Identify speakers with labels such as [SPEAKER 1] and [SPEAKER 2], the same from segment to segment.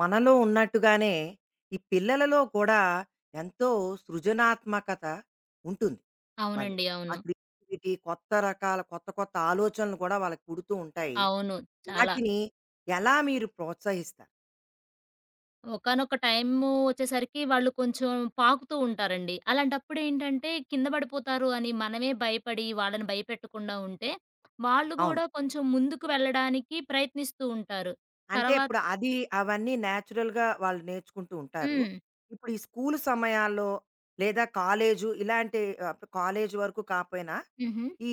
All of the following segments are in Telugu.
[SPEAKER 1] మనలో ఉన్నట్టుగానే ఈ పిల్లలలో కూడా ఎంతో సృజనాత్మకత ఉంటుంది. వాళ్ళు.
[SPEAKER 2] అవునండి.
[SPEAKER 1] ఆ
[SPEAKER 2] అవును.
[SPEAKER 1] క్రియేటివిటీ కొత్త రకాల కొత్త కొత్త ఆలోచనలు కూడా వాళ్ళకి పుడుతూ ఉంటాయి.
[SPEAKER 2] అవును. చాలా.
[SPEAKER 1] వాటిని ఎలా మీరు ప్రోత్సహిస్తారు?
[SPEAKER 2] ఒకానొక టైము వచ్చేసరికి వాళ్ళు కొంచెం పాకుతూ ఉంటారండి. అలాంటప్పుడేంటంటే కింద పడిపోతారు అని మనమే భయపడి వాళ్ళని భయపెట్టకుండా ఉంటే, వాళ్ళు
[SPEAKER 1] అవును.
[SPEAKER 2] గూడా కొంచెం ముందుకు వెళ్ళడానికి ప్రయత్నిస్తూ ఉంటారు.
[SPEAKER 1] అంటే
[SPEAKER 2] తర్వాత
[SPEAKER 1] ఇప్పుడు అది అవన్నీ నేచురల్‌గా వాళ్ళు నేర్చుకుంటూ ఉంటారు.
[SPEAKER 2] హ్మ్.
[SPEAKER 1] ఇప్పుడు ఈ స్కూలు సమయాల్లో లేదా కాలేజు ఇలాంటి కాలేజు వరకు కాపోయినా
[SPEAKER 2] హుహు.
[SPEAKER 1] ఈ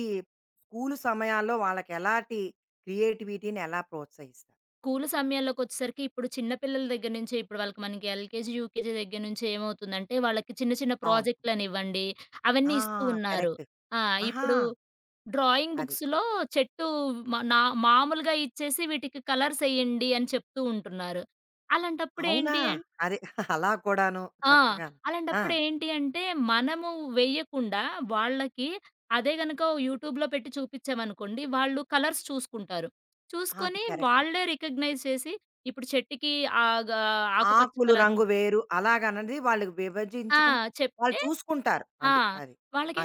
[SPEAKER 1] స్కూలు సమయాల్లో వాళ్ళకి ఎలాంటి క్రియేటివిటీని ఎలా ప్రోత్సహిస్తారు?
[SPEAKER 2] స్కూలు సమయాల్లోకొచ్చేసరికి ఇప్పుడు చిన్న పిల్లల దగ్గర నుంచి ఇప్పుడు వాళ్ళకి మనకి ఎల్‌కేజీ, యూకేజీ దగ్గర నుంచి ఏమవుతుందంటే వాళ్ళకి చిన్న చిన్న
[SPEAKER 1] అవును.
[SPEAKER 2] ప్రాజెక్టులనివ్వండి, అవన్నీ
[SPEAKER 1] ఆ!
[SPEAKER 2] ఇస్తూ ఉన్నారు.
[SPEAKER 1] కరెక్ట్.
[SPEAKER 2] ఆ!
[SPEAKER 1] ఆహా!
[SPEAKER 2] ఇప్పుడు డ్రాయింగ్
[SPEAKER 1] అది.
[SPEAKER 2] బుక్స్‌లో చెట్టు నా మామూలుగా ఇచ్చేసి వీటికి కలర్స్ ఎయ్యండి అని చెప్తూ ఉంటున్నారు. అలాంటప్పుడు
[SPEAKER 1] అవునా?
[SPEAKER 2] ఏంటి
[SPEAKER 1] అదే అలా కూడాను
[SPEAKER 2] ఆ!
[SPEAKER 1] చక్కగాను. ఆ!
[SPEAKER 2] అలాంటప్పుడు ఏంటి అంటే మనము వేయకుండా వాళ్ళకి అదే గనుక యూట్యూబ్‌లో పెట్టి చూపిచ్చామనుకోండి వాళ్ళు కలర్స్ చూసుకుంటారు.
[SPEAKER 1] అది
[SPEAKER 2] చూసుకొని
[SPEAKER 1] కరెక్ట్.
[SPEAKER 2] వాళ్ళే రికగ్నైజ్ చేసి ఇప్పుడు చెట్టుకి ఆగ ఆకుపచ్చ
[SPEAKER 1] ఆకులు
[SPEAKER 2] కలరు.
[SPEAKER 1] రంగు వేరు అలాగన్నది వాళ్ళు
[SPEAKER 2] ఆ!
[SPEAKER 1] విభజించుకుని వాళ్ళు
[SPEAKER 2] చెప్తే
[SPEAKER 1] చూసుకుంటారు.
[SPEAKER 2] ఆ!
[SPEAKER 1] అది. అది.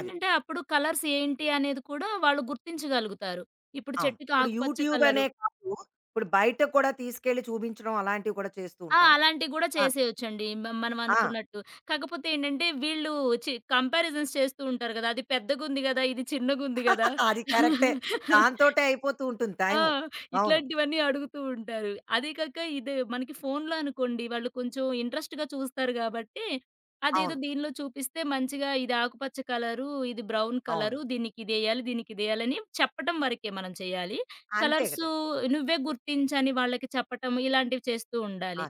[SPEAKER 1] అది.
[SPEAKER 2] అప్పుడు కలర్స్ ఏంటి అనేది కూడా వాళ్ళు గుర్తించగలుగుతారు. ఇప్పుడు
[SPEAKER 1] అవును.
[SPEAKER 2] చెట్టుకి
[SPEAKER 1] ఇప్పుడు
[SPEAKER 2] ఆకుపచ్చ
[SPEAKER 1] యూట్యూబ్
[SPEAKER 2] కలరు.
[SPEAKER 1] అనే కాదు. ఇప్పుడు బయట కూడా తీసుకెళ్ళి చూపించడం అలాంటివి కూడా చేస్తూ
[SPEAKER 2] ఆ!
[SPEAKER 1] ఉంటావా?
[SPEAKER 2] అలాంటివి గూడా
[SPEAKER 1] ఆ!
[SPEAKER 2] చేసేయొచ్చండి. మనం
[SPEAKER 1] ఆ!
[SPEAKER 2] అనుకున్నట్టు. కాకపోతే ఏంటంటే వీళ్ళు కంపారిజన్స్ చేస్తూ ఉంటారు గదా! అది పెద్దగుంది గదా! ఇది చిన్నగుంది గదా!
[SPEAKER 1] అది కరెక్టే. దాంతోటే అయిపోతూ ఉంటుంది
[SPEAKER 2] ఆ!
[SPEAKER 1] టైము. అవును.
[SPEAKER 2] ఇట్లాంటివన్నీ అడుగుతూ ఉంటారు. అదే కాక ఇది మనకి ఫోన్‌లో అనుకోండి వాళ్ళు కొంచెం ఇంట్రెస్ట్‌గా చూస్తారు గాబట్టి, అదేదో
[SPEAKER 1] అవును.
[SPEAKER 2] దీనిలో చూపిస్తే మంచిగా ఇది ఆకుపచ్చ కలరు, ఇది బ్రౌన్
[SPEAKER 1] అవును.
[SPEAKER 2] కలరు, దీనికిదేయాలి, దీనికిదేయాలని చెప్పటం వరకే మనం చేయాలి.
[SPEAKER 1] అంతే కదా!
[SPEAKER 2] కలర్సు నువ్వే గుర్తించని వాళ్ళకి చెప్పటం ఇలాంటివి చేస్తూ
[SPEAKER 1] ఆ!
[SPEAKER 2] ఉండాలి.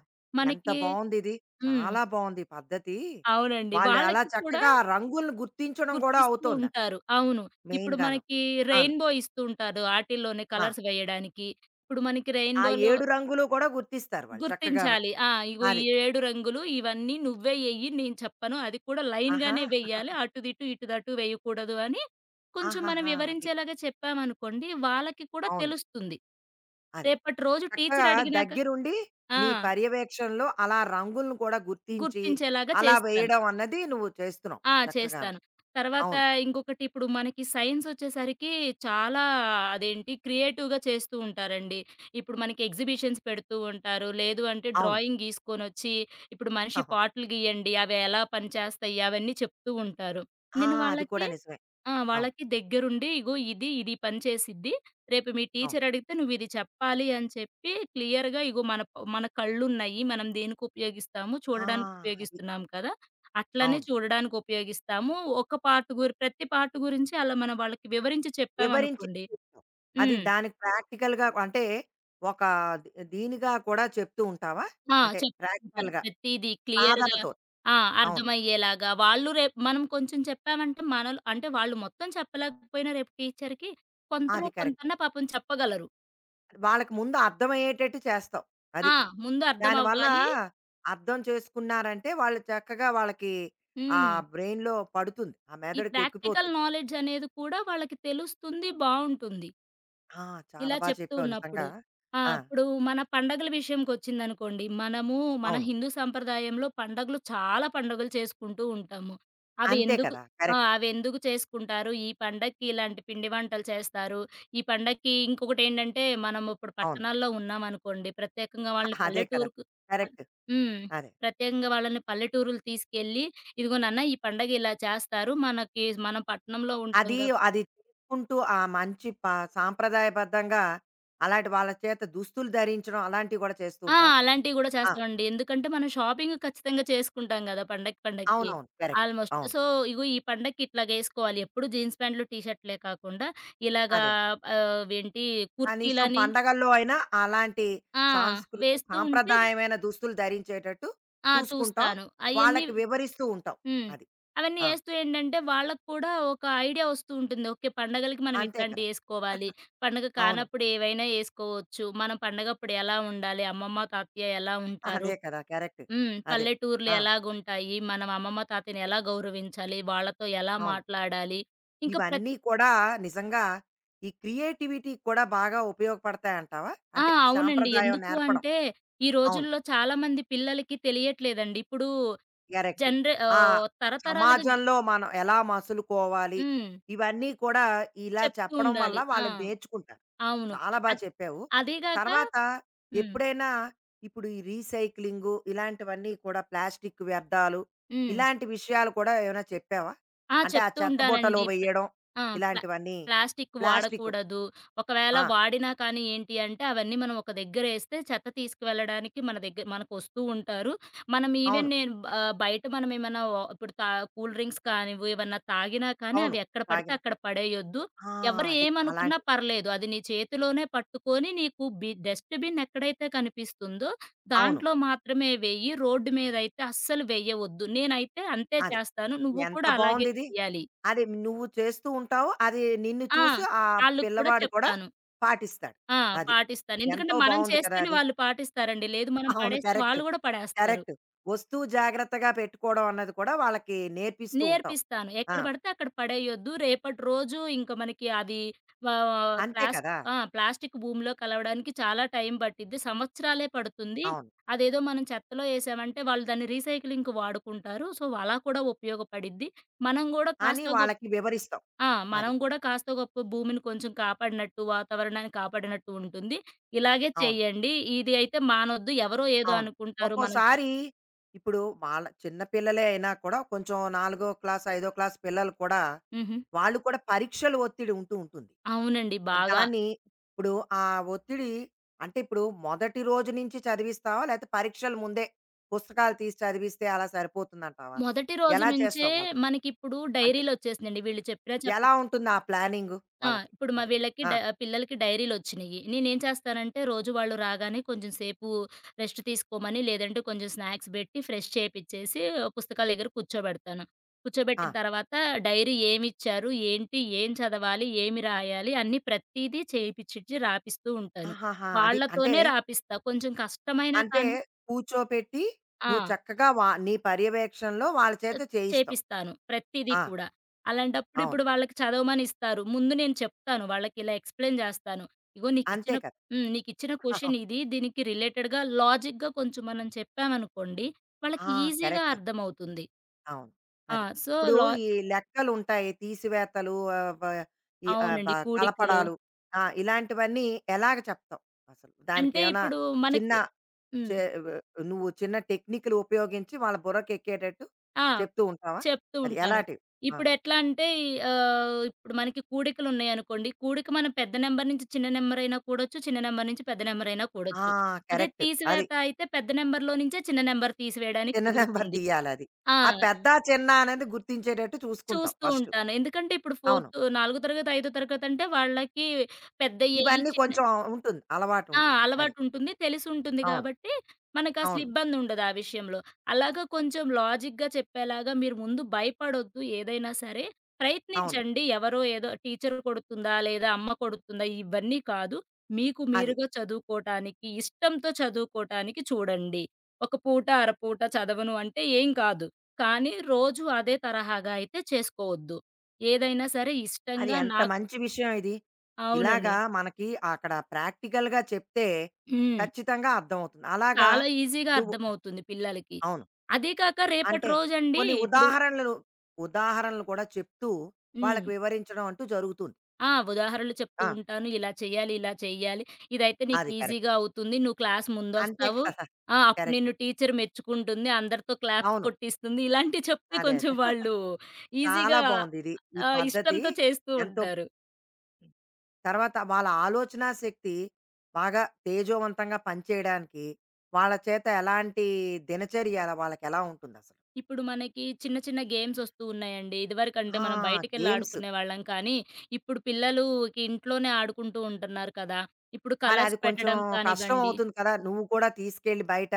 [SPEAKER 1] ఎంత
[SPEAKER 2] మనకి
[SPEAKER 1] బావుందిది.
[SPEAKER 2] హ్మ్.
[SPEAKER 1] చాలా బావుంది ఈ పద్ధతి.
[SPEAKER 2] అవునండి.
[SPEAKER 1] వాళ్ళు అలా
[SPEAKER 2] వాళ్ళకి కూడా
[SPEAKER 1] చక్కగా ఆ రంగులను గుర్తించడం గూడా
[SPEAKER 2] గుర్తిస్తూ
[SPEAKER 1] అవుతోందక్కడ
[SPEAKER 2] ఉంటారు. అవును. ఇప్పుడు
[SPEAKER 1] మెయిన్‌గాను.
[SPEAKER 2] మనకి
[SPEAKER 1] అవును.
[SPEAKER 2] రెయిన్‌బో ఇస్తూ ఉంటారు, ఆటిల్లోనే
[SPEAKER 1] ఆ!
[SPEAKER 2] కలర్స్ వేయడానికి. ఇప్పుడు మనకి
[SPEAKER 1] ఆ
[SPEAKER 2] రెయిన్‌బోలో
[SPEAKER 1] 7 రంగులు కూడా గుర్తిస్తారు వాళ్ళు చక్కగాను.
[SPEAKER 2] గుర్తించాలి. ఆ! ఇగో ఈ
[SPEAKER 1] అది.
[SPEAKER 2] 7 రంగులు ఇవన్నీ నువ్వే ఎయ్యి నేను చెప్పను. అది కూడా
[SPEAKER 1] ఆహా!
[SPEAKER 2] లైన్‌గానే వెయ్యాలి. అటుదిటు, ఇటుదటు వేయకూడదు అని కొంచెం మనం
[SPEAKER 1] ఆహాహా! అది.
[SPEAKER 2] వివరించేలాగా చెప్పామనుకోండి, వాళ్ళకి కూడా
[SPEAKER 1] అవును.
[SPEAKER 2] తెలుస్తుంది.
[SPEAKER 1] అది.
[SPEAKER 2] రేపటి రోజు టీచర్
[SPEAKER 1] చక్కగా
[SPEAKER 2] అడిగినాక
[SPEAKER 1] దగ్గరుండి
[SPEAKER 2] ఆ!
[SPEAKER 1] నీ పర్యవేక్షణలో అలా రంగులను కూడా గుర్తించి,
[SPEAKER 2] గుర్తించేలాగా
[SPEAKER 1] అలా
[SPEAKER 2] చేస్తాను.
[SPEAKER 1] వేయడం అన్నది నువ్వు చేస్తున్నావు
[SPEAKER 2] ఆ!
[SPEAKER 1] చక్కగాను.
[SPEAKER 2] చేస్తాను. తర్వాత
[SPEAKER 1] అవును.
[SPEAKER 2] ఇంకొకటి ఇప్పుడు మనకి సైన్సొచ్చేసరికి చాలా అదేంటి క్రియేటివ్‌గా చేస్తూ ఉంటారండి. ఇప్పుడు మనకి ఎగ్జిబిషన్స్ పెడుతూ ఉంటారు. లేదు అంటే
[SPEAKER 1] అవును.
[SPEAKER 2] డ్రాయింగ్ గీసుకొనొచ్చి ఇప్పుడు మనిషి
[SPEAKER 1] అవును.
[SPEAKER 2] పార్ట్‌లు గీయండి. అవి ఎలా పనిచేస్తాయి అవన్నీ చెప్తూ ఉంటారు.
[SPEAKER 1] ఆ!
[SPEAKER 2] నేను
[SPEAKER 1] అది
[SPEAKER 2] వాళ్ళకి
[SPEAKER 1] కూడా నిజమే.
[SPEAKER 2] ఆ!
[SPEAKER 1] అవును.
[SPEAKER 2] వాళ్ళకి దగ్గరుండి ఇగో ఇది, ఇది పని చేసిద్ది. రేపు మీ
[SPEAKER 1] అవును.
[SPEAKER 2] టీచర్ అడిగితే నువ్వు ఇది చెప్పాలి అని చెప్పి క్లియర్‌గా ఇగో మన కళ్ళున్నాయి. మనం దేనికి ఉపయోగిస్తాము?
[SPEAKER 1] ఆ!
[SPEAKER 2] చూడడానికి
[SPEAKER 1] అది.
[SPEAKER 2] ఉపయోగిస్తున్నాం కదా! అట్లనే
[SPEAKER 1] అవును.
[SPEAKER 2] చూడడానికి ఉపయోగిస్తాము. ఒక పార్ట్ గురి ప్రతి పార్ట్ గురించి అలా మనం వాళ్ళకి వివరించి
[SPEAKER 1] వివరించి
[SPEAKER 2] చెప్పామనుకోండి
[SPEAKER 1] చెప్తావు. అది
[SPEAKER 2] హ్మ్.
[SPEAKER 1] దానికి ప్రాక్టికల్‌గా అంటే ఒక ది దీనిగా కూడా చెప్తూ ఉంటావా?
[SPEAKER 2] ఆ!
[SPEAKER 1] అంటే
[SPEAKER 2] చెప్తుంటారు.
[SPEAKER 1] ప్రాక్టికల్‌గా
[SPEAKER 2] ప్రతీది క్లియర్‌గా
[SPEAKER 1] సాధనతో.
[SPEAKER 2] ఆ!
[SPEAKER 1] అవును.
[SPEAKER 2] అర్థమయ్యేలాగా. వాళ్ళు రేపు మనం కొంచెం చెప్పామంటే మనలో అంటే వాళ్ళు మొత్తం చెప్పలేకపోయినా రేపు టీచర్‌కి కొంతలో
[SPEAKER 1] అది కరెక్ట్.
[SPEAKER 2] కొంతన్నా పాపం చెప్పగలరు.
[SPEAKER 1] వాళ్ళకి ముందు అర్థమయ్యేటట్టు చేస్తావు. అది.
[SPEAKER 2] ఆ! ముందు
[SPEAKER 1] దానివల్ల
[SPEAKER 2] అర్థమవ్వాలి.
[SPEAKER 1] అర్థం చేసుకున్నారంటే వాళ్ళు చక్కగా వాళ్ళకి ఆ
[SPEAKER 2] హ్మ్.
[SPEAKER 1] బ్రెయిన్‌లో పడుతుంది. ఆ
[SPEAKER 2] ఈ
[SPEAKER 1] మెదడుకి
[SPEAKER 2] ప్రాక్టికల్
[SPEAKER 1] ఎక్కిపోతుంది.
[SPEAKER 2] నాలెడ్జ్ అనేది కూడా వాళ్ళకి తెలుస్తుంది. బావుంటుంది.
[SPEAKER 1] ఆ!
[SPEAKER 2] ఇలా
[SPEAKER 1] చాలా బా
[SPEAKER 2] చెప్తూ
[SPEAKER 1] చెప్పావు
[SPEAKER 2] ఉన్నప్పుడు.
[SPEAKER 1] నిజంగా.
[SPEAKER 2] ఆ!
[SPEAKER 1] ఆ!
[SPEAKER 2] ఇప్పుడు మన పండగల విషయంకొచ్చిందనుకోండి. మనము మన
[SPEAKER 1] అవును.
[SPEAKER 2] హిందూ సంప్రదాయంలో పండగలు చాలా పండుగలు చేసుకుంటూ ఉంటాము. అవి
[SPEAKER 1] అంతే
[SPEAKER 2] ఎందుకు
[SPEAKER 1] కదా!
[SPEAKER 2] ఆ!
[SPEAKER 1] కరెక్ట్.
[SPEAKER 2] అవెందుకు చేసుకుంటారు? ఈ పండక్కి ఇలాంటి పిండి వంటలు చేస్తారు. ఈ పండక్కి ఇంకొకటేంటంటే మనం ఇప్పుడు
[SPEAKER 1] అవును.
[SPEAKER 2] పట్టణాల్లో ఉన్నామనుకోండి. ప్రత్యేకంగా
[SPEAKER 1] హ,
[SPEAKER 2] వాళ్ళని
[SPEAKER 1] అదే కదా!
[SPEAKER 2] పల్లెటూరుకు పల్
[SPEAKER 1] కరెక్ట్.
[SPEAKER 2] హ్మ్.
[SPEAKER 1] అదే.
[SPEAKER 2] ప్రత్యేకంగా వాళ్ళని పల్లెటూరులు తీసుకెళ్ళి, "ఇదిగో నాన్న ఈ పండగ ఇలా చేస్తారు. మనకి మనం పట్టణంలో ఉంటాం
[SPEAKER 1] అది
[SPEAKER 2] గ".
[SPEAKER 1] అది చేసుకుంటూ ఆ మంచి ప సాంప్రదాయబద్ధంగా అలాంటి వాళ్ళ చేత దుస్తులు ధరించడం అలాంటివి కూడా చేస్తూ
[SPEAKER 2] ఆ!
[SPEAKER 1] ఉంటావా?
[SPEAKER 2] అలాంటివి గూడా
[SPEAKER 1] ఆ!
[SPEAKER 2] చేస్తామండి. ఎందుకంటే, మనం షాపింగ్ ఖచ్చితంగా చేసుకుంటాం గదా! పండగకి, పండగకి.
[SPEAKER 1] అవునవును. కరెక్ట్.
[SPEAKER 2] ఆల్‌మోస్ట్.
[SPEAKER 1] అవును.
[SPEAKER 2] సో, ఇగో ఈ పండక్కి ఇట్లాగేసుకోవాలి. ఎప్పుడు జీన్స్ ప్యాంట్లు, టీ షర్ట్‌లే కాకుండా
[SPEAKER 1] అదే.
[SPEAKER 2] ఇలాగా
[SPEAKER 1] అదే.
[SPEAKER 2] అవేంటి
[SPEAKER 1] కనీసం
[SPEAKER 2] కుర్తీలని
[SPEAKER 1] పండగల్లో అయినా అలాంటి
[SPEAKER 2] ఆ!
[SPEAKER 1] సాంస్కృ
[SPEAKER 2] వేస్తూ ఉంటే
[SPEAKER 1] సాంప్రదాయమైన దుస్తులు ధరించేటట్టు
[SPEAKER 2] ఆ!
[SPEAKER 1] చూసుకుంటాం.
[SPEAKER 2] చూస్తాను. అయన్నీ
[SPEAKER 1] వాళ్ళకి వివరిస్తూ ఉంటాం.
[SPEAKER 2] హ్మ్.
[SPEAKER 1] అది.
[SPEAKER 2] అవన్నీ
[SPEAKER 1] ఆ!
[SPEAKER 2] ఏస్తూ ఏంటంటే, వాళ్ళకి కూడా ఒక ఐడియా వస్తూ ఉంటుంది. ఓకే. పండగలకి మనం
[SPEAKER 1] అంతే కదా!
[SPEAKER 2] ఇట్లాంటియేసుకోవాలి. పండగ
[SPEAKER 1] అవును.
[SPEAKER 2] కానప్పుడు ఏవైనా ఏసుకోవచ్చు. మనం పండగప్పుడు ఎలా ఉండాలి, అమ్మమ్మ, తాతయ్య ఎలా ఉంటారు,
[SPEAKER 1] అదే కదా! కరెక్ట్.
[SPEAKER 2] హ్మ్.
[SPEAKER 1] అదే.
[SPEAKER 2] పల్లెటూర్లు
[SPEAKER 1] ఆ!
[SPEAKER 2] ఎలాగుంటాయి? మనం అమ్మమ్మ, తాతయ్యని ఎలా గౌరవించాలి? వాళ్ళతో ఎలా
[SPEAKER 1] అవును.
[SPEAKER 2] మాట్లాడాలి? ఇంకా ప్రత్
[SPEAKER 1] ఇవన్నీ కూడా నిజంగా ఈ క్రియేటివిటీ కూడా బాగా ఉపయోగపడతాయంటావా?
[SPEAKER 2] ఆ!
[SPEAKER 1] అంటే
[SPEAKER 2] అవునండి.
[SPEAKER 1] సాంప్రదాయం
[SPEAKER 2] ఎందుకు
[SPEAKER 1] నేర్పడం.
[SPEAKER 2] అంటే, ఈ
[SPEAKER 1] అవును.
[SPEAKER 2] రోజుల్లో చాలామంది పిల్లలకి తెలియట్లేదండి. ఇప్పుడు
[SPEAKER 1] కరెక్ట్. ఆ
[SPEAKER 2] తరతరాలుగా
[SPEAKER 1] సమాజంలో మనం ఎలా మసులుకోవాలి?
[SPEAKER 2] హ్మ్.
[SPEAKER 1] ఇవన్నీ కూడా ఇలా
[SPEAKER 2] చెప్తూ
[SPEAKER 1] చెప్పడం వల్ల
[SPEAKER 2] ఉండాలి. ఆ!
[SPEAKER 1] వాళ్ళు నేర్చుకుంటారు.
[SPEAKER 2] అవును.
[SPEAKER 1] చాలా బా
[SPEAKER 2] అద్
[SPEAKER 1] చెప్పావు.
[SPEAKER 2] అదీగాక
[SPEAKER 1] తర్వాత
[SPEAKER 2] హ్మ్.
[SPEAKER 1] ఎప్పుడైనా ఇప్పుడు ఈ రీసైక్లింగు ఇలాంటివన్నీ కూడా ప్లాస్టిక్ వ్యర్థాలు,
[SPEAKER 2] హ్మ్.
[SPEAKER 1] ఇలాంటి విషయాలు కూడా ఏమైనా చెప్పావా?
[SPEAKER 2] ఆ!
[SPEAKER 1] అంటే ఆ
[SPEAKER 2] చెప్తూ
[SPEAKER 1] చెత్తబుట్టలో
[SPEAKER 2] ఉంటానండి.
[SPEAKER 1] వెయ్యడం
[SPEAKER 2] ఆ! ప్లా
[SPEAKER 1] ఇలాంటివన్నీ
[SPEAKER 2] ప్లాస్టిక్
[SPEAKER 1] ప్లాస్టిక్.
[SPEAKER 2] వాడకూడదు. ఒకవేళ
[SPEAKER 1] ఆ!
[SPEAKER 2] వాడినా కానీ ఏంటి అంటే అవన్నీ మనం ఒక దగ్గరేస్తే చెత్త తీసుకువెళ్ళడానికి మన దగ్గర మనకొస్తూ ఉంటారు. మనం ఈవెన్
[SPEAKER 1] అవును.
[SPEAKER 2] నేను బయట మనమేమన్నా వ ఇప్పుడు కూల్ డ్రింక్స్ కానివ్వు, ఏమన్నా తాగినా కానీ
[SPEAKER 1] అవును.
[SPEAKER 2] అవి ఎక్కడ పడితే
[SPEAKER 1] తాగినం.
[SPEAKER 2] అక్కడ పడేయొద్దు.
[SPEAKER 1] ఆ!
[SPEAKER 2] ఎవరు
[SPEAKER 1] అది.
[SPEAKER 2] ఏమనుకున్నా
[SPEAKER 1] అలాంటి
[SPEAKER 2] పర్లేదు. అది నీ చేతిలోనే పట్టుకొని నీకు డస్ట్‌బిన్ ఎక్కడైతే కనిపిస్తుందో
[SPEAKER 1] అవును.
[SPEAKER 2] దాంట్లో మాత్రమే వెయ్యి. రోడ్డు మీదయితే అస్సలు వెయ్యవద్దు. నేనైతే అంతే
[SPEAKER 1] అదే.
[SPEAKER 2] చేస్తాను. నువ్వు
[SPEAKER 1] ఎంత
[SPEAKER 2] కూడా అలాగే
[SPEAKER 1] బావుందిది.
[SPEAKER 2] చేయాలి.
[SPEAKER 1] అది నువ్వు చేస్తూ ఉంటావు. అది నిన్ను
[SPEAKER 2] ఆ!
[SPEAKER 1] చూసి ఆ
[SPEAKER 2] ఆళ్ళకి కూడా
[SPEAKER 1] పిల్లవాడు కూడా
[SPEAKER 2] చెప్తాను.
[SPEAKER 1] పాటిస్తాడు.
[SPEAKER 2] ఆ!
[SPEAKER 1] అది.
[SPEAKER 2] పాటిస్తాను. ఎందుకంటే
[SPEAKER 1] ఎంతో
[SPEAKER 2] మనం
[SPEAKER 1] బావుంది కదా!
[SPEAKER 2] చేస్తేనే
[SPEAKER 1] అది.
[SPEAKER 2] వాళ్ళు పాటిస్తారండి. లేదు మనం
[SPEAKER 1] అవును.
[SPEAKER 2] పడేస్తే
[SPEAKER 1] కరెక్ట్.
[SPEAKER 2] వాళ్ళు గూడా పడేస్తారు.
[SPEAKER 1] కరెక్ట్. వస్తువు జాగ్రత్తగా పెట్టుకోవడం అన్నది కూడా వాళ్ళకి నేర్పిస్తూ ఉంటావు.
[SPEAKER 2] నేర్పిస్తాను.
[SPEAKER 1] ఆ!
[SPEAKER 2] ఎక్కడ పడితే అక్కడ పడేయొద్దు. రేపటి రోజు ఇంక మనకి అది
[SPEAKER 1] అంతే
[SPEAKER 2] ప్లాస్టిక్
[SPEAKER 1] కదా!
[SPEAKER 2] ఆ! ప్లాస్టిక్ భూమిలో కలవడానికి చాలా టైం పట్టిద్ది. సంవత్సరాలే పడుతుంది.
[SPEAKER 1] అవును.
[SPEAKER 2] అదేదో మనం చెత్తలో ఏసామంటే వాళ్ళు దాన్ని రీసైక్లింగ్‌కి వాడుకుంటారు. సో, అలా కూడా ఉపయోగపడిద్ది. మనం గూడా
[SPEAKER 1] అని
[SPEAKER 2] కాస్తో గొప్పో
[SPEAKER 1] వాళ్ళకి వివరిస్తావు.
[SPEAKER 2] ఆ! మనం
[SPEAKER 1] అది.
[SPEAKER 2] గూడా కాస్తో గొప్పో భూమిని కొంచెం కాపాడినట్టు, వాతావరణాన్ని కాపాడినట్టు ఉంటుంది. ఇలాగే
[SPEAKER 1] అవును.
[SPEAKER 2] చెయ్యండి. ఇది అయితే మానొద్దు. ఎవరో ఏదో
[SPEAKER 1] అవును.
[SPEAKER 2] అనుకుంటారు. మనం చ
[SPEAKER 1] ఒక్కోసారి ఇప్పుడు వాళ్ళ చిన్న పిల్లలే అయినా కూడా కొంచెం నాలుగో క్లాస్, ఐదో క్లాస్ పిల్లలు కూడా
[SPEAKER 2] హుహు.
[SPEAKER 1] వాళ్ళు కూడా పరీక్షల ఒత్తిడి ఉంటూ ఉంటుంది.
[SPEAKER 2] అవునండి. బాగా.
[SPEAKER 1] దాన్ని ఇప్పుడు ఆ ఒత్తిడి అంటే ఇప్పుడు మొదటి రోజు నుంచి చదివిస్తావా? లేకపోతే పరీక్షల ముందే పుస్తకాలు తీసి చదివిస్తే అలా సరిపోతుందంటావా?
[SPEAKER 2] మొదటి రోజు
[SPEAKER 1] ఎలా
[SPEAKER 2] నుంచే
[SPEAKER 1] చేస్తావు వాళ్ళు?
[SPEAKER 2] మనకిప్పుడు
[SPEAKER 1] అంటే
[SPEAKER 2] డైరీలొచ్చేసినియండి. వీళ్ళు చెప్పినా చెప్ప
[SPEAKER 1] ఎలా ఉంటుంది ఆ ప్లానింగు
[SPEAKER 2] ఆ!
[SPEAKER 1] వాళ్ళకి?
[SPEAKER 2] ఇప్పుడు మా
[SPEAKER 1] అది.
[SPEAKER 2] వీళ్ళకి
[SPEAKER 1] ఆ!
[SPEAKER 2] పిల్లలకి డైరీలొచ్చినియి. నేనేం చేస్తానంటే, రోజు వాళ్ళు రాగానే కొంచెం సేపు రెస్ట్ తీసుకోమని, లేదంటే కొంచెం స్నాక్స్ బెట్టి, ఫ్రెష్ చేపిచ్చేసి, పుస్తకాల దగ్గర కూర్చోబెడతాను.
[SPEAKER 1] ఆ!
[SPEAKER 2] కూర్చోబెట్టిన తర్వాత డైరీ ఏమిచ్చారు, ఏంటి, ఏం చదవాలి, ఏమి రాయాలి అన్నీ ప్రతీదీ చేపిచ్చి రాపిస్తూ ఉంటాను.
[SPEAKER 1] ఆహాహా! అది. అంటే
[SPEAKER 2] వాళ్ళతోనే రాపిస్తా. కొంచెం కష్టమైనా
[SPEAKER 1] అంటే
[SPEAKER 2] కానీ
[SPEAKER 1] కూర్చోపెట్టి నువ్వు
[SPEAKER 2] ఆ!
[SPEAKER 1] చక్కగా వా నీ పర్యవేక్షణలో వాళ్ళ చేత
[SPEAKER 2] ఆహ్,
[SPEAKER 1] చేయిస్తావు.
[SPEAKER 2] చేపిస్తాను ప్రతీది
[SPEAKER 1] ఆ!
[SPEAKER 2] కూడా. అలాంటప్పుడు
[SPEAKER 1] అవును.
[SPEAKER 2] ఇప్పుడు వాళ్ళకి చదవమని ఇస్తారు. ముందు నేను చెప్తాను వాళ్ళకిలా ఎక్స్‌ప్లెయిన్ జేస్తాను. ఇగో
[SPEAKER 1] అంతే
[SPEAKER 2] నీకిచ్చిన
[SPEAKER 1] కదా!
[SPEAKER 2] హ్మ్. నీకిచ్చిన క్వెషన్
[SPEAKER 1] అవును.
[SPEAKER 2] ఇది. దీనికి రిలేటెడ్‌గా లాజిక్‌గా కొంచెం మనం చెప్పామనుకోండి,
[SPEAKER 1] ఆ!
[SPEAKER 2] వాళ్ళకి ఈజీగా
[SPEAKER 1] కరెక్ట్.
[SPEAKER 2] అర్థమవుతుంది.
[SPEAKER 1] అవును.
[SPEAKER 2] ఆ!
[SPEAKER 1] అది.
[SPEAKER 2] సో,
[SPEAKER 1] ఇప్పుడు ఈ లెక్కలుంటాయి తీసివేతలు వ ఈ వ
[SPEAKER 2] అవునండి. కూడికలు
[SPEAKER 1] కలపడాలు ఆ! ఇలాంటివన్నీ ఎలాగ చెప్తావు అసలు?
[SPEAKER 2] అంటే
[SPEAKER 1] దానికేమైనా
[SPEAKER 2] ఇప్పుడు
[SPEAKER 1] చిన్న
[SPEAKER 2] మనకి హ్మ్.
[SPEAKER 1] చే వ్ నువ్వు చిన్న టెక్నిక్‌లు ఉపయోగించి వాళ్ళ బుర్రకెక్కేటట్టు
[SPEAKER 2] ఆ!
[SPEAKER 1] చెప్తూ ఉంటావా?
[SPEAKER 2] చెప్తూ
[SPEAKER 1] అది
[SPEAKER 2] ఉంటాను.
[SPEAKER 1] ఎలాంటివి? ఆ!
[SPEAKER 2] ఇప్పుడెట్లా అంటే ఇప్పుడు మనకి కూడికలున్నాయనుకోండి. కూడిక మనం పెద్ద నంబర్ నుంచి చిన్న నంబరయినా కూడొచ్చు. చిన్న నంబర్ నుంచి పెద్ద నంబరయినా
[SPEAKER 1] ఆ!
[SPEAKER 2] కూడొచ్చు. అదే
[SPEAKER 1] కరెక్ట్. అది.
[SPEAKER 2] తీసివేత అయితే పెద్ద నంబర్‌లో నుంచే చిన్న నంబర్ తీసివేయడానికి
[SPEAKER 1] చిన్న నెంబర్
[SPEAKER 2] కుదురుతుంది.
[SPEAKER 1] తీయాలది.
[SPEAKER 2] ఆ!
[SPEAKER 1] ఆ పెద్ద, చిన్న అనేది గుర్తించేటట్టు చూసుకుంటాం
[SPEAKER 2] చూస్తూ
[SPEAKER 1] ఫస్టు.
[SPEAKER 2] ఉంటాను. ఎందుకంటే ఇప్పుడు
[SPEAKER 1] అవును.
[SPEAKER 2] నాలుగో తరగతి, ఐదో తరగతంటే వాళ్ళకి పెద్దయ్యేయి
[SPEAKER 1] ఇవన్నీ
[SPEAKER 2] చిన్న
[SPEAKER 1] కొంచెం ఉంటుంది. అలవాటు
[SPEAKER 2] ఆ!
[SPEAKER 1] ఉంటుంది. అది.
[SPEAKER 2] అలవాటుంటుంది. తెలిసుంటుంది
[SPEAKER 1] అవును.
[SPEAKER 2] గాబట్టి, మనకసలు
[SPEAKER 1] అవును.
[SPEAKER 2] ఇబ్బందుండదు ఆ విషయంలో. అలాగా కొంచెం లాజిక్‌గా చెప్పేలాగా మీరు ముందు భయపడొద్దు ఏదైనా సరే.
[SPEAKER 1] అవును.
[SPEAKER 2] ప్రయత్నించండి. ఎవరో ఏదో టీచర్ కొడుతుందా? లేదా అమ్మ కొడుతుందా? ఇవన్నీ కాదు. మీకు
[SPEAKER 1] అది.
[SPEAKER 2] మీరుగా చదువుకోటానికి, ఇష్టంతో చదువుకోటానికి చూడండి. ఒక పూట, అరపూట చదవను అంటే ఏం కాదు. కానీ రోజు అదే తరహాగా అయితే చేసుకోవద్దు. ఏదైనా సరే
[SPEAKER 1] అది
[SPEAKER 2] ఇష్టంగా
[SPEAKER 1] ఎంత
[SPEAKER 2] నాకు
[SPEAKER 1] మంచి విషయం ఇది.
[SPEAKER 2] అవునండి.
[SPEAKER 1] ఇలాగా మనకి అక్కడ ప్రాక్టికల్‌గా చెప్తే
[SPEAKER 2] హ్మ్.
[SPEAKER 1] ఖచ్చితంగా అర్థమవుతుంది. అలాగా
[SPEAKER 2] చాలా ఈజీగా
[SPEAKER 1] నువ్వు
[SPEAKER 2] అర్థమవుతుంది పిల్లలకి.
[SPEAKER 1] అవును.
[SPEAKER 2] అదే కాక రేపటి
[SPEAKER 1] అంటే
[SPEAKER 2] రోజండి
[SPEAKER 1] కొన్ని
[SPEAKER 2] ఇప్పుడు
[SPEAKER 1] ఉదాహరణలు, ఉదాహరణలు కూడా చెప్తూ
[SPEAKER 2] హ్మ్.
[SPEAKER 1] వాళ్ళకి వివరించడం అంటూ జరుగుతుంది.
[SPEAKER 2] ఆ! ఉదాహరణలు చెప్తూ
[SPEAKER 1] ఆ!
[SPEAKER 2] ఉంటాను. ఇలా చేయాలి, ఇలా చేయాలి. ఇదైతే నీకు
[SPEAKER 1] అది కరెక్ట్.
[SPEAKER 2] ఈజీగా అవుతుంది. నువ్వు క్లాస్
[SPEAKER 1] అంతే
[SPEAKER 2] ముందొస్తావు.
[SPEAKER 1] కదా!
[SPEAKER 2] ఆ! అప్పుడు
[SPEAKER 1] కరెక్ట్.
[SPEAKER 2] నిన్ను టీచర్ మెచ్చుకుంటుంది. అందరితో క్లాప్స్
[SPEAKER 1] అవును.
[SPEAKER 2] కొట్టిస్తుంది. ఇలాంటివి చెప్తే
[SPEAKER 1] అదే. అదే.
[SPEAKER 2] కొంచెం వాళ్ళు
[SPEAKER 1] చాలా
[SPEAKER 2] ఈజీగా
[SPEAKER 1] బావుంది ఇది. ఈ పద్ధతి
[SPEAKER 2] ఇష్టంతో చేస్తూ
[SPEAKER 1] ఎంతో
[SPEAKER 2] ఉంటారు.
[SPEAKER 1] తర్వాత వాళ్ళ ఆలోచనా శక్తి బాగా తేజోవంతంగా పనిచేయడానికి వాళ్ళ చేత ఎలాంటి దినచర్య వాళ్ళకెలా ఉంటుందసలు?
[SPEAKER 2] ఇప్పుడు మనకి చిన్న చిన్న గేమ్స్ ఒస్తూ ఉన్నాయండి. ఇదివరకంటే
[SPEAKER 1] ఆ!
[SPEAKER 2] మనం బయటికెళ్ళి
[SPEAKER 1] గేమ్స్.
[SPEAKER 2] ఆడుకునేవాళ్ళం కానీ, ఇప్పుడు పిల్లలుకి ఇంట్లోనే ఆడుకుంటూ ఉంటున్నారు కదా! ఇప్పుడు
[SPEAKER 1] మరి
[SPEAKER 2] కలర్స్
[SPEAKER 1] అది కొంచెం
[SPEAKER 2] పెట్టడం
[SPEAKER 1] కష్టం
[SPEAKER 2] కానివ్వండి
[SPEAKER 1] అవుతుంది కదా! నువ్వు కూడా తీసుకెళ్ళి బయట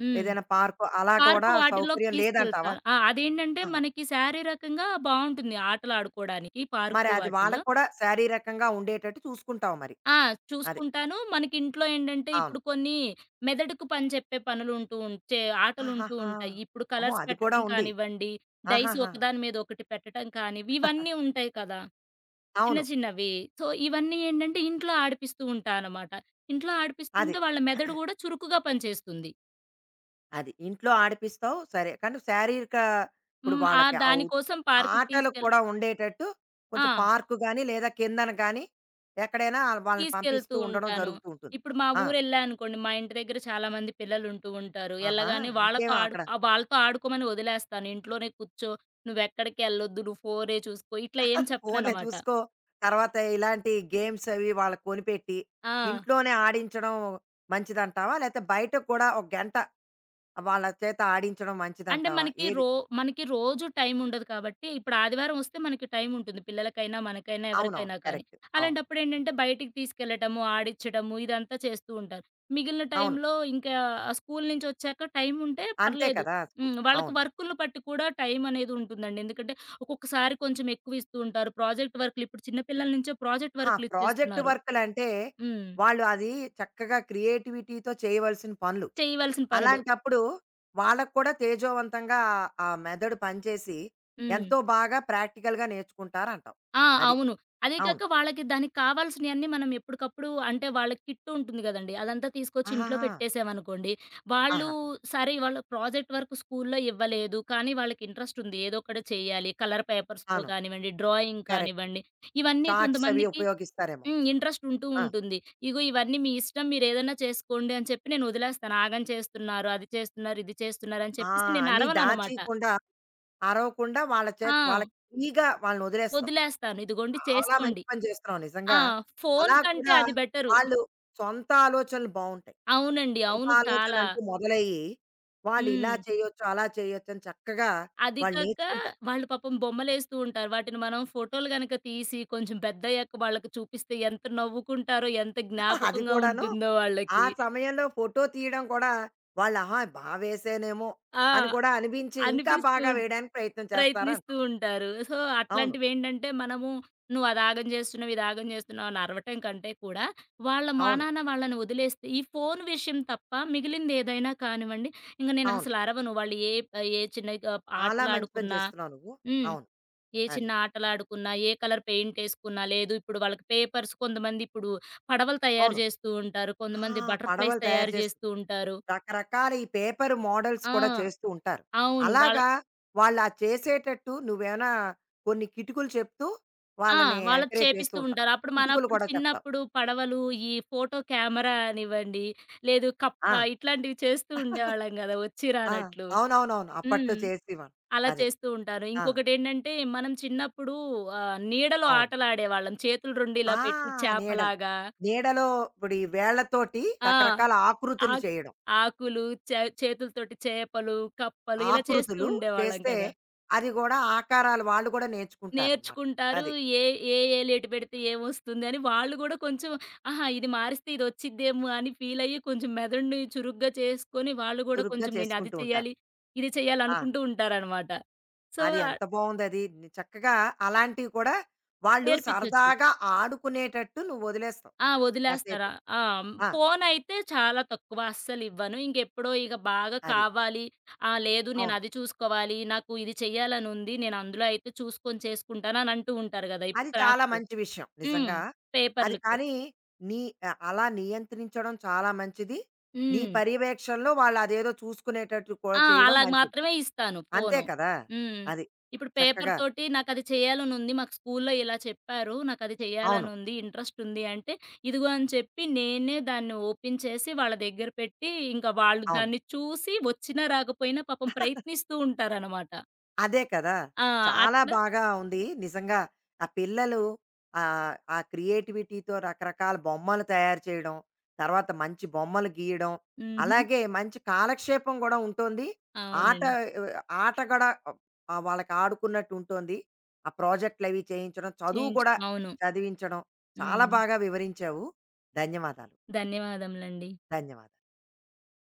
[SPEAKER 2] హ్మ్.
[SPEAKER 1] ఏదైనా పార్కో అలా
[SPEAKER 2] పార్కు
[SPEAKER 1] కూడా
[SPEAKER 2] వాటిల్లోకి
[SPEAKER 1] సౌకర్యం లేదంటావా?
[SPEAKER 2] తీసుకెళ్తారు. ఆ! అదేంటంటే
[SPEAKER 1] ఆహా!
[SPEAKER 2] మనకి శారీరకంగా బావుంటుంది ఆటలాడుకోడానికి
[SPEAKER 1] మరి
[SPEAKER 2] పార్కులు
[SPEAKER 1] అది
[SPEAKER 2] వాటిల్లో.
[SPEAKER 1] వాళ్ళకి కూడా శారీరకంగా ఉండేటట్టు చూసుకుంటావు మరి.
[SPEAKER 2] ఆ!
[SPEAKER 1] అది.
[SPEAKER 2] చూసుకుంటాను. మనకి ఇంట్లో ఏంటంటే
[SPEAKER 1] అవును.
[SPEAKER 2] ఇప్పుడు కొన్ని మెదడుకు పని చెప్పే పనులుంటూ ఉం చే ఆటలుంటూ
[SPEAKER 1] ఆహాహా!
[SPEAKER 2] ఉంటాయి. ఇప్పుడు
[SPEAKER 1] అమ్మో!
[SPEAKER 2] కలర్స్
[SPEAKER 1] అది కూడా
[SPEAKER 2] పెట్టటం
[SPEAKER 1] ఉంది.
[SPEAKER 2] కానివ్వండి, డైస్
[SPEAKER 1] ఆహాహా!
[SPEAKER 2] ఒకదాని మీద ఒకటి పెట్టటం కానివి ఇవన్నీ ఉంటాయి కదా! చిన్న
[SPEAKER 1] అవును.
[SPEAKER 2] చిన్నవి. సో, ఇవన్నీ ఏంటంటే ఇంట్లో ఆడిపిస్తూ ఉంటా అనమాట. ఇంట్లో ఆడిపిస్తూ
[SPEAKER 1] అది.
[SPEAKER 2] ఉంటే వాళ్ళ మెదడు గూడా చురుకుగా పనిచేస్తుంది.
[SPEAKER 1] అది. ఇంట్లో ఆడిపిస్తావు సరే. కానీ శారీరక ఇప్పుడు
[SPEAKER 2] హ్మ్. ఆ
[SPEAKER 1] వాళ్ళకి
[SPEAKER 2] దాని
[SPEAKER 1] అవు
[SPEAKER 2] కోసం పార్కుకి
[SPEAKER 1] ఆటలు కూడా ఉండేటట్టు కొంచెం
[SPEAKER 2] ఆ!
[SPEAKER 1] పార్కు గాని, లేదా కిందన గాని ఎక్కడైనా వాళ్ళని
[SPEAKER 2] తీసుకెళ్తూ
[SPEAKER 1] పంపిస్తూ ఉండడం
[SPEAKER 2] ఉంటాను.
[SPEAKER 1] జరుగుతూ ఉంటుంది.
[SPEAKER 2] ఇప్పుడు మా
[SPEAKER 1] ఆ!
[SPEAKER 2] ఊరెళ్ళా అనుకోండి, మా ఇంటి దగ్గర చాలా మంది పిల్లలుంటూ ఉంటారు.
[SPEAKER 1] ఆహా!
[SPEAKER 2] ఎళ్ళగానే
[SPEAKER 1] ఇంకేమి అక్కడ
[SPEAKER 2] వాళ్ళతో ఆడుకోమని వదిలేస్తాను. ఇంట్లోనే కూర్చో, నువ్వెక్కడికి ఎళ్ళొద్దు, నువ్వు ఫోనే చూసుకో, ఇట్లా ఏం
[SPEAKER 1] ఫోనే
[SPEAKER 2] చెప్పననమాట.
[SPEAKER 1] చూసుకో. తర్వాత ఇలాంటి గేమ్స్ అవి వాళ్ళకి కొనిపెట్టి,
[SPEAKER 2] ఆ!
[SPEAKER 1] ఇంట్లోనే ఆడించడం మంచిదంటావా? లేతే బయట కూడా ఒక గంట వాళ్ళ చేత ఆడించడం
[SPEAKER 2] అంటే
[SPEAKER 1] మంచిదంటావా? ఏది?
[SPEAKER 2] మనకి రోజు టైం ఉండదు కాబట్టి, ఇప్పుడు ఆదివారం వస్తే మనకి టైం ఉంటుంది. పిల్లలకైనా, మనకైనా,
[SPEAKER 1] అవునవును.
[SPEAKER 2] ఎవరికైనా కానీ.
[SPEAKER 1] కరెక్ట్. అవును.
[SPEAKER 2] అలాంటప్పుడు ఏంటంటే బయటికి తీసుకెళ్ళటము, ఆడిచ్చడము ఇదంతా చేస్తూ ఉంటారు. మిగిలిన
[SPEAKER 1] అవును.
[SPEAKER 2] టైంలో ఇంకా స్కూల్ నుంచి వచ్చాక టైం ఉంటే
[SPEAKER 1] అంతే
[SPEAKER 2] పర్లేదు.
[SPEAKER 1] కదా! స్కూ
[SPEAKER 2] హ్మ్. వాళ్ళకి
[SPEAKER 1] అవును.
[SPEAKER 2] వర్కులను బట్టి కూడా టైం అనేది ఉంటుందండి. ఎందుకంటే ఒక్కొక్కసారి కొంచెం ఎక్కువ ఇస్తూ ఉంటారు. ప్రాజెక్ట్ వర్కులు ఇప్పుడు చిన్న పిల్లల నుంచే ప్రాజెక్ట్
[SPEAKER 1] ఆ!
[SPEAKER 2] వర్కులు
[SPEAKER 1] ప్రాజెక్ట్
[SPEAKER 2] ఇచ్చేస్తున్నారు.
[SPEAKER 1] వర్కులంటే,
[SPEAKER 2] హ్మ్.
[SPEAKER 1] వాళ్ళు అది చక్కగా క్రియేటివిటీతో చేయవలసిన పనులు.
[SPEAKER 2] చేయవలసిన పనులు.
[SPEAKER 1] అలాంటప్పుడు వాళ్ళకి కూడా తేజోవంతంగా ఆ మెదడు పనిచేసి,
[SPEAKER 2] హ్మ్.
[SPEAKER 1] ఎంతో బాగా ప్రాక్టికల్‌గా నేర్చుకుంటారంటావు.
[SPEAKER 2] ఆ!
[SPEAKER 1] అది.
[SPEAKER 2] అవును. అదే
[SPEAKER 1] అవును.
[SPEAKER 2] కాక వాళ్ళకి దానికి కావాల్సినయన్నీ మనం ఎప్పటికప్పుడు అంటే వాళ్ళ కిట్ ఉంటుంది గదండీ! అదంతా తీసుకొచ్చి ఇంట్లో
[SPEAKER 1] ఆహాహా!
[SPEAKER 2] పెట్టేసామనుకోండి, వాళ్ళు
[SPEAKER 1] ఆహాహా!
[SPEAKER 2] సరే ఇవాళ ప్రాజెక్ట్ వర్క్ స్కూల్‌లో ఇవ్వలేదు. కానీ వాళ్ళకి ఇంట్రెస్ట్ ఉంది. ఏదో ఒకటి చేయాలి. కలర్ పేపర్స్‌తో
[SPEAKER 1] అవును.
[SPEAKER 2] కానివ్వండి, డ్రాయింగ్
[SPEAKER 1] కరెక్ట్.
[SPEAKER 2] కానివ్వండి, ఇవన్నీ
[SPEAKER 1] చార్ట్స్ అవి
[SPEAKER 2] కొంతమందికి
[SPEAKER 1] ఉపయోగిస్తారేమో.
[SPEAKER 2] హ్మ్. ఇంట్రెస్ట్ ఉంటూ
[SPEAKER 1] ఆ!
[SPEAKER 2] ఉంటుంది. ఇగో ఇవన్నీ మీ ఇష్టం మీరేదైనా చేసుకోండి అని చెప్పి నేను వదిలేస్తాను. ఆగం చేస్తున్నారు, అది చేస్తున్నారు, ఇది చేస్తున్నారు అని
[SPEAKER 1] ఆ!
[SPEAKER 2] చెప్పేసి నేను
[SPEAKER 1] అన్నీ
[SPEAKER 2] అరవననమాట.
[SPEAKER 1] దాచీయకుండా, అరవకుండా వాళ్ళ చేత
[SPEAKER 2] ఆ!
[SPEAKER 1] వాళ్ళకి ఫ్రీగా వాళ్ళని వదిలేస్తావు.
[SPEAKER 2] వదిలేస్తాను. ఇదిగోండి
[SPEAKER 1] చాలా మంచి
[SPEAKER 2] చేసుకోండి.
[SPEAKER 1] పని చేస్తున్నావు
[SPEAKER 2] ఆ!
[SPEAKER 1] నిజంగా.
[SPEAKER 2] ఫోను
[SPEAKER 1] అలా
[SPEAKER 2] కంటే
[SPEAKER 1] కూడా
[SPEAKER 2] అది బెటరు.
[SPEAKER 1] వాళ్ళు సొంత ఆలోచనలు బావుంటాయి.
[SPEAKER 2] అవునండి.
[SPEAKER 1] సొంత
[SPEAKER 2] అవును చాలా.
[SPEAKER 1] ఆలోచనంటూ మొదలయ్యి, వాళ్ళిలా
[SPEAKER 2] హ్మ్.
[SPEAKER 1] చేయొచ్చు, అలా చేయొచ్చని చక్కగా
[SPEAKER 2] అది
[SPEAKER 1] వాళ్ళు
[SPEAKER 2] కాక
[SPEAKER 1] నేర్చుకుంటారు.
[SPEAKER 2] వాళ్ళు పాపం బొమ్మలేస్తూ ఉంటారు. వాటిని మనం ఫోటోలు గనక తీసి కొంచెం పెద్దయ్యాక వాళ్ళకి చూపిస్తే ఎంత నవ్వుకుంటారో, ఎంత
[SPEAKER 1] అది
[SPEAKER 2] జ్ఞాపకంగా
[SPEAKER 1] కూడాను
[SPEAKER 2] ఉంటుందో
[SPEAKER 1] ఆ
[SPEAKER 2] వాళ్ళకి.
[SPEAKER 1] సమయంలో ఫోటో తీయడం కూడా వాళ్ళు ఆహా! బా వేశానేమో అని
[SPEAKER 2] ఆ!
[SPEAKER 1] కూడా అనిపించి, ఇంకా
[SPEAKER 2] అనిపిస్తూ
[SPEAKER 1] బాగా వేయడానికి ప్రయత్నం
[SPEAKER 2] ప్రయత్నిస్తూ
[SPEAKER 1] చేస్తారంటావు.
[SPEAKER 2] ఉంటారు. సో,
[SPEAKER 1] అవును.
[SPEAKER 2] అట్లాంటివేంటంటే మనము "నువ్వు అది ఆగం చేస్తున్నావు, ఇది ఆగం చేస్తున్నావు" అని అరవటం కంటే కూడా, వాళ్ళ
[SPEAKER 1] అవును.
[SPEAKER 2] మానాన వాళ్ళని వదిలేస్తే ఈ ఫోను విషయం తప్ప మిగిలిందేదైనా కానివ్వండి, ఇంక
[SPEAKER 1] అవును.
[SPEAKER 2] నేనసలు అరవను. వాళ్ళు ఏ ఏ చిన్న
[SPEAKER 1] చాలా మంచి పని
[SPEAKER 2] ఆటలాడుకున్నా
[SPEAKER 1] చేస్తున్నావు నువ్వు.
[SPEAKER 2] హ్మ్.
[SPEAKER 1] అవును.
[SPEAKER 2] ఏ
[SPEAKER 1] అది.
[SPEAKER 2] చిన్న ఆటలాడుకున్నా, ఏ కలర్ పెయింటేసుకున్నా, లేదు ఇప్పుడు వాళ్ళకి పేపర్స్ కొంతమంది ఇప్పుడు పడవలు తయారు
[SPEAKER 1] అవును.
[SPEAKER 2] చేస్తూ ఉంటారు.
[SPEAKER 1] ఆ!
[SPEAKER 2] కొంతమంది బటర్‌ఫ్లైస్
[SPEAKER 1] పడవలు తయారు
[SPEAKER 2] తయారు
[SPEAKER 1] చేస్తు
[SPEAKER 2] చేస్తూ ఉంటారు.
[SPEAKER 1] రకరకాల ఈ పేపర్ మోడల్స్
[SPEAKER 2] ఆ!
[SPEAKER 1] కూడా చేస్తూ ఉంటారు.
[SPEAKER 2] అవును. వాళ్ళ
[SPEAKER 1] అలాగా వాళ్ళు అది చేసేటట్టు నువ్వేమైనా కొన్ని కిటుకులు చెప్తూ
[SPEAKER 2] ఆ!
[SPEAKER 1] వాళ్ళని
[SPEAKER 2] వాళ్ళకి
[SPEAKER 1] ఎంకరేజ్ చేస్తూ
[SPEAKER 2] చేపిస్తూ
[SPEAKER 1] ఉంటావు.
[SPEAKER 2] ఉంటారు. అప్పుడు
[SPEAKER 1] కిటుకులు
[SPEAKER 2] మనప్పుడు
[SPEAKER 1] కూడా చెప్తావు.
[SPEAKER 2] చిన్నప్పుడు పడవలు, ఈ ఫోటో కెమెరా అనివ్వండి, లేదు కప్ప
[SPEAKER 1] ఆ!
[SPEAKER 2] ఇట్లాంటివి చేస్తూ ఉండేవాళ్ళం గదా! వచ్చి
[SPEAKER 1] ఆ!
[SPEAKER 2] రానట్లు.
[SPEAKER 1] అవునవునవును.
[SPEAKER 2] హ్మ్.
[SPEAKER 1] అప్పట్లో చేసేవాళ్ళం.
[SPEAKER 2] అలా
[SPEAKER 1] అదే.
[SPEAKER 2] చేస్తూ ఉంటారు.
[SPEAKER 1] ఆ!
[SPEAKER 2] ఇంకొకటేంటంటే, మనం చిన్నప్పుడు నీడలో
[SPEAKER 1] అవును.
[SPEAKER 2] ఆటలాడేవాళ్ళం. చేతులు 2 ఇలా
[SPEAKER 1] ఆ!
[SPEAKER 2] పెట్టి
[SPEAKER 1] నీడలు.
[SPEAKER 2] చేపలాగా.
[SPEAKER 1] నీడలో ఇప్పుడు ఈ వేళ్ళతోటి
[SPEAKER 2] ఆ!
[SPEAKER 1] రకరకాల ఆకృతులు
[SPEAKER 2] ఆక్
[SPEAKER 1] చేయడం.
[SPEAKER 2] ఆకులు, చేతులతోటి చేపలు, కప్పలు ఇలా చేస్తూ
[SPEAKER 1] ఆకృతులు
[SPEAKER 2] ఉండేవాళ్ళం
[SPEAKER 1] చేస్తే
[SPEAKER 2] కదా!
[SPEAKER 1] అది గూడా ఆకారాలు వాళ్ళు కూడా నేర్చుకుంటారనమాట.
[SPEAKER 2] నేర్చుకుంటారు.
[SPEAKER 1] అది.
[SPEAKER 2] ఏ ఏ ఏలు ఎటు పెడితే ఏమొస్తుందని వాళ్ళు గూడా కొంచెం ఆహా! ఇది మారిస్తే ఇదొచ్చిద్దేమో అని ఫీలయ్యి కొంచెం మెదడుని చురుగ్గా చేసుకొని వాళ్ళు గూడా
[SPEAKER 1] చురుగ్గా
[SPEAKER 2] కొంచెం నేను అది
[SPEAKER 1] చేసుకుంటూ ఉంటారు.
[SPEAKER 2] చేయాలి, ఇది చేయాలి
[SPEAKER 1] ఆ!
[SPEAKER 2] అనుకుంటూ ఉంటారనమాట. సో,
[SPEAKER 1] అది ఎంత బావుందది. ని చక్కగా అలాంటివి కూడా వాళ్ళు
[SPEAKER 2] నేర్పించొచ్చు.
[SPEAKER 1] సరదాగా ఆడుకునేటట్టు నువ్వు వదిలేస్తావు
[SPEAKER 2] ఆ! వదిలేస్తారా
[SPEAKER 1] కాసేపు.
[SPEAKER 2] ఆ!
[SPEAKER 1] ఆ!
[SPEAKER 2] ఫోనయితే చాలా తక్కువ అస్సలివ్వను. ఇంకెప్పుడో ఇక బాగా
[SPEAKER 1] అది.
[SPEAKER 2] కావాలి. ఆ! లేదు
[SPEAKER 1] అవును.
[SPEAKER 2] నేనది చూసుకోవాలి, నాకు ఇది చెయ్యాలనుంది. నేను అందులో అయితే చూసుకొని చేసుకుంటాను అని అంటూ ఉంటారు గదా! ఇప్పుడు
[SPEAKER 1] అది చాలా
[SPEAKER 2] క్రాఫ్ట్.
[SPEAKER 1] మంచి విషయం
[SPEAKER 2] హ్మ్.
[SPEAKER 1] నిజంగా. అది
[SPEAKER 2] పేపర్‌లకు.
[SPEAKER 1] కానీ నీ అలా నియంత్రించడం చాలా మంచిది. నీ
[SPEAKER 2] హ్మ్.
[SPEAKER 1] పర్యవేక్షణలో వాళ్ళదేదో చూసుకునేటట్టు కూడా
[SPEAKER 2] ఆ!
[SPEAKER 1] చేయడం
[SPEAKER 2] అలాగ
[SPEAKER 1] మంచిది.
[SPEAKER 2] మాత్రమే ఇస్తాను
[SPEAKER 1] అంతే
[SPEAKER 2] ఫోను.
[SPEAKER 1] కదా!
[SPEAKER 2] హ్మ్.
[SPEAKER 1] అది.
[SPEAKER 2] ఇప్పుడు
[SPEAKER 1] చక్కగా
[SPEAKER 2] పేపర్‌తోటి నాకది చేయాలనుంది. మాకు స్కూల్లో ఇలా చెప్పారు. నాకది
[SPEAKER 1] అవును.
[SPEAKER 2] చేయాలనుంది. ఇంట్రెస్టుంది అంటే, ఇదిగో అని చెప్పి నేనే దాన్ని ఓపెన్ చేసి వాళ్ళ దగ్గర పెట్టి, ఇంకా వాళ్ళు
[SPEAKER 1] అవును.
[SPEAKER 2] దాన్ని చూసి వచ్చినా రాకపోయినా పాపం ప్రయత్నిస్తూ ఉంటారనమాట.
[SPEAKER 1] అదే కదా!
[SPEAKER 2] ఆ!
[SPEAKER 1] చాలా
[SPEAKER 2] అట్లా
[SPEAKER 1] బాగా ఉంది. నిజంగా ఆ పిల్లలు ఆ క్రియేటివిటీతో రకరకాల బొమ్మలు తయారు చేయడం, తర్వాత మంచి బొమ్మలు గీయడం,
[SPEAKER 2] హుహు.
[SPEAKER 1] అలాగే మంచి కాలక్షేపం గూడా ఉంటోంది. ఆట
[SPEAKER 2] అవునండి.
[SPEAKER 1] ఆహ్, ఆట గూడా వాళ్ళకి ఆడుకున్నట్టు ఉంటోంది. ఆ ప్రాజెక్ట్‌లవి చేయించడం, చదువు
[SPEAKER 2] చేయించు
[SPEAKER 1] కూడా
[SPEAKER 2] అవును.
[SPEAKER 1] చదివించడం. చాలా
[SPEAKER 2] హ్మ్.
[SPEAKER 1] బాగా వివరించావు. ధన్యవాదాలు.
[SPEAKER 2] ధన్యవాదములండి.
[SPEAKER 1] ధన్యవాదాలు.